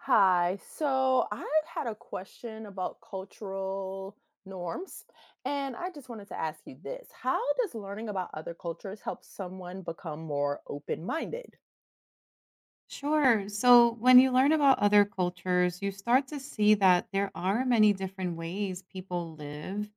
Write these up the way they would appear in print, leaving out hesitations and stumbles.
Hi. So I had a question about cultural norms, and I just wanted to ask you this. How does learning about other cultures help someone become more open-minded? Sure. So when you learn about other cultures, you start to see that there are many different ways people live,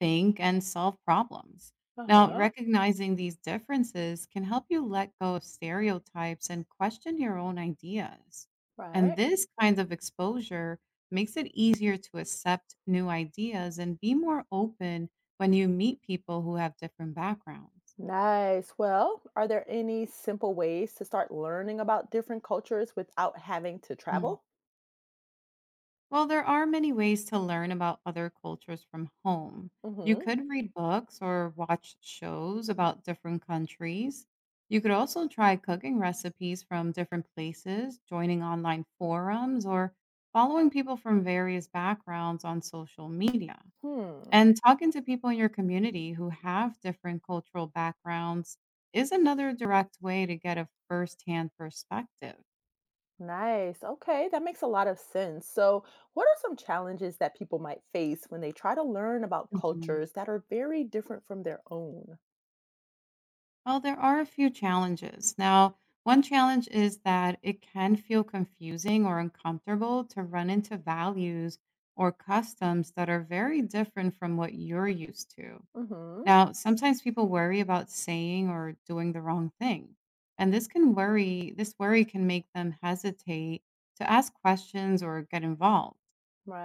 think, and solve problems. Now, Uh-huh. recognizing these differences can help you let go of stereotypes and question your own ideas. And Right. this kind of exposure makes it easier to accept new ideas and be more open when you meet people who have different backgrounds. Nice. Well, are there any simple ways to start learning about different cultures without having to travel? Well, there are many ways to learn about other cultures from home. You Mm-hmm. could read books or watch shows about different countries. You could also try cooking recipes from different places, joining online forums, or following people from various backgrounds on social media. Hmm. And talking to people in your community who have different cultural backgrounds is another direct way to get a firsthand perspective. Nice. Okay, that makes a lot of sense. So, what are some challenges that people might face when they try to learn about cultures that are very different from their own? Well, there are a few challenges. Now, one challenge is that it can feel confusing or uncomfortable to run into values or customs that are very different from what you're used to. Mhm. Now, sometimes people worry about saying or doing the wrong thing. And this worry can make them hesitate to ask questions or get involved.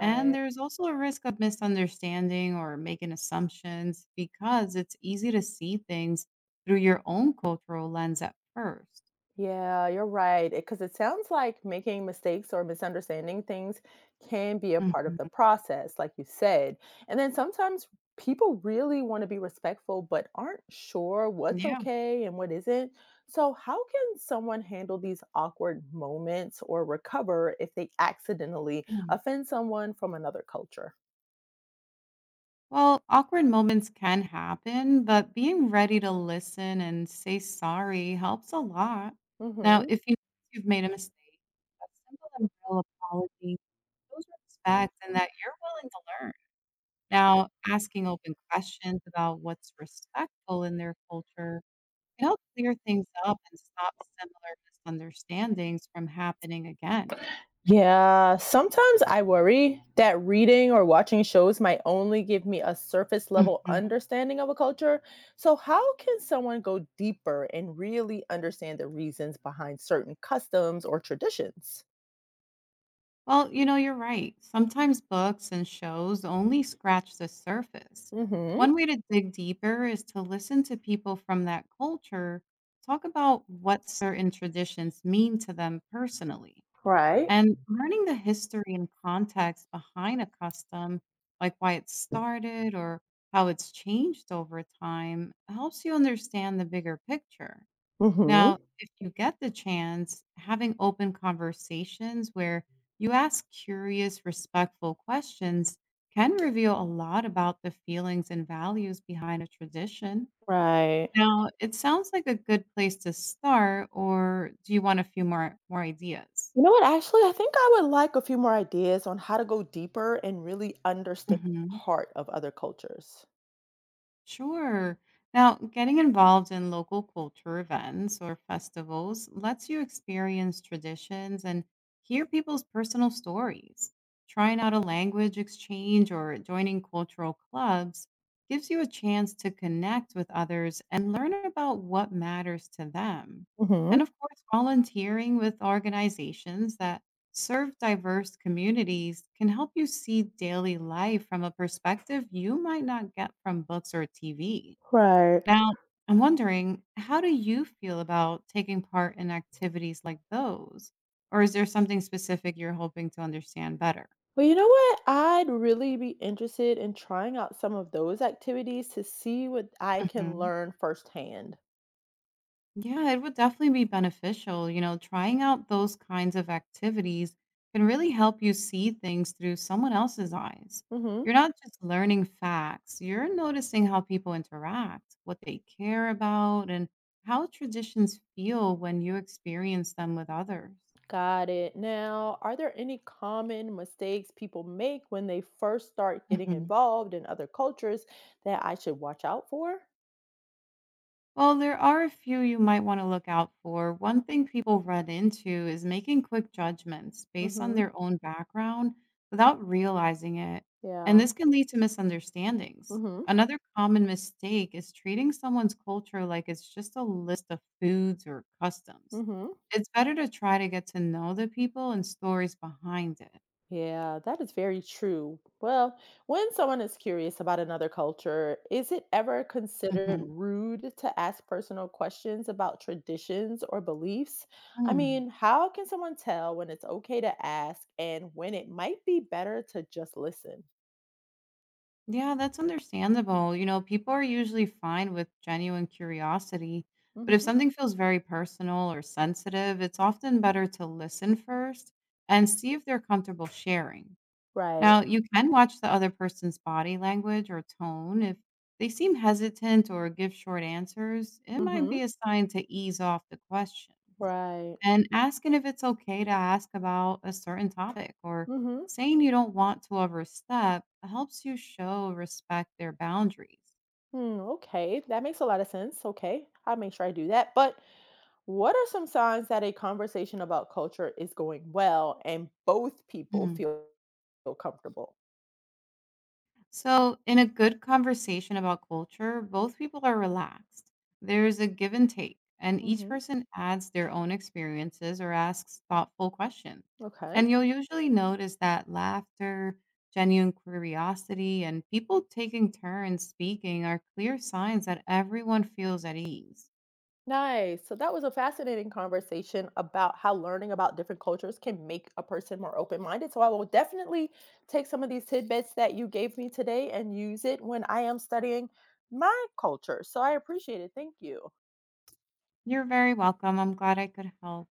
And there's also a risk of misunderstanding or making assumptions because it's easy to see things through your own cultural lens at 1st. Yeah, you're right. Because it 'cause it sounds like making mistakes or misunderstanding things can be a part of the process, like you said. And then sometimes people really want to be respectful, but aren't sure what's Yeah. okay and what isn't. So, how can someone handle these awkward moments or recover if they accidentally Mm. offend someone from another culture? Well, awkward moments can happen, but being ready to listen and say sorry helps a lot. Now, Hmm. if you you've made a mistake, a simple and real apology shows respect and that you're willing to learn. Now, asking open questions about what's respectful in their culture, it helps clear things up and stops similar misunderstandings from happening again. Yeah, sometimes I worry that reading or watching shows might only give me a surface level Mhm. understanding of a culture. So, how can someone go deeper and really understand the reasons behind certain customs or traditions? Well, you know, you're right. Sometimes books and shows only scratch the surface. Mhm. One way to dig deeper is to listen to people from that culture talk about what certain traditions mean to them personally. Right. And learning the history and context behind a custom, like why it started or how it's changed over time, helps you understand the bigger picture. Now, Mhm. if you get the chance, having open conversations where you ask curious, respectful questions can reveal a lot about the feelings and values behind a tradition. Right. Now, it sounds like a good place to start, or do you want a few more ideas? You know what? Actually, I think I would like a few more ideas on how to go deeper and really understand the Mhm. heart of other cultures. Sure. Now, getting involved in local culture events or festivals lets you experience traditions and hear people's personal stories. Trying out a language exchange or joining cultural clubs gives you a chance to connect with others and learn about what matters to them. Mhm. And of course, volunteering with organizations that serve diverse communities can help you see daily life from a perspective you might not get from books or TV. Right. Now, I'm wondering, how do you feel about taking part in activities like those? Or is there something specific you're hoping to understand better? Well, you know what? I'd really be interested in trying out some of those activities to see what I can learn firsthand. Yeah, it would definitely be beneficial. You know, trying out those kinds of activities can really help you see things through someone else's eyes. Hmm. You're Mhm. not just learning facts, you're noticing how people interact, what they care about, and how traditions feel when you experience them with others. Got it. Now, are there any common mistakes people make when they first start getting involved in other cultures that I should watch out for? Well, there are a few you might want to look out for. One thing people run into is making quick judgments based on Hmm. their own background without realizing it. And Yeah. this can lead to misunderstandings. Hmm. Another common mistake is treating someone's culture like it's just a list of foods or customs. Hmm. It's better to try to get to know the people and stories behind it. Yeah, that is very true. Well, when someone is curious about another culture, is it ever considered Mhm. rude to ask personal questions about traditions or beliefs? I Mm. mean, how can someone tell when it's okay to ask and when it might be better to just listen? Yeah, that's understandable. You know, people are usually fine with genuine curiosity, but if Hmm. something feels very personal or sensitive, it's often better to listen first and see if they're comfortable sharing. Right. Now, you can watch the other person's body language or tone. If they seem hesitant or give short answers, it might Mm-hmm. be a sign to ease off the questions. Right. And asking if it's okay to ask about a certain topic or Mm-hmm. saying you don't want to overstep helps you show respect their boundaries. Hmm, okay, that makes a lot of sense. Okay, I'll make sure I do that. But what are some signs that a conversation about culture is going well and both people feel comfortable? So, in a good conversation about culture, both people are relaxed. There's a give and take, and each Hmm. person adds their own experiences or asks thoughtful questions. Okay. And you'll usually notice that laughter, genuine curiosity, and people taking turns speaking are clear signs that everyone feels at ease. Nice. So that was a fascinating conversation about how learning about different cultures can make a person more open minded. So I will definitely take some of these tidbits that you gave me today and use it when I am studying my culture. So I appreciate it. Thank you. You're very welcome. I'm glad I could help.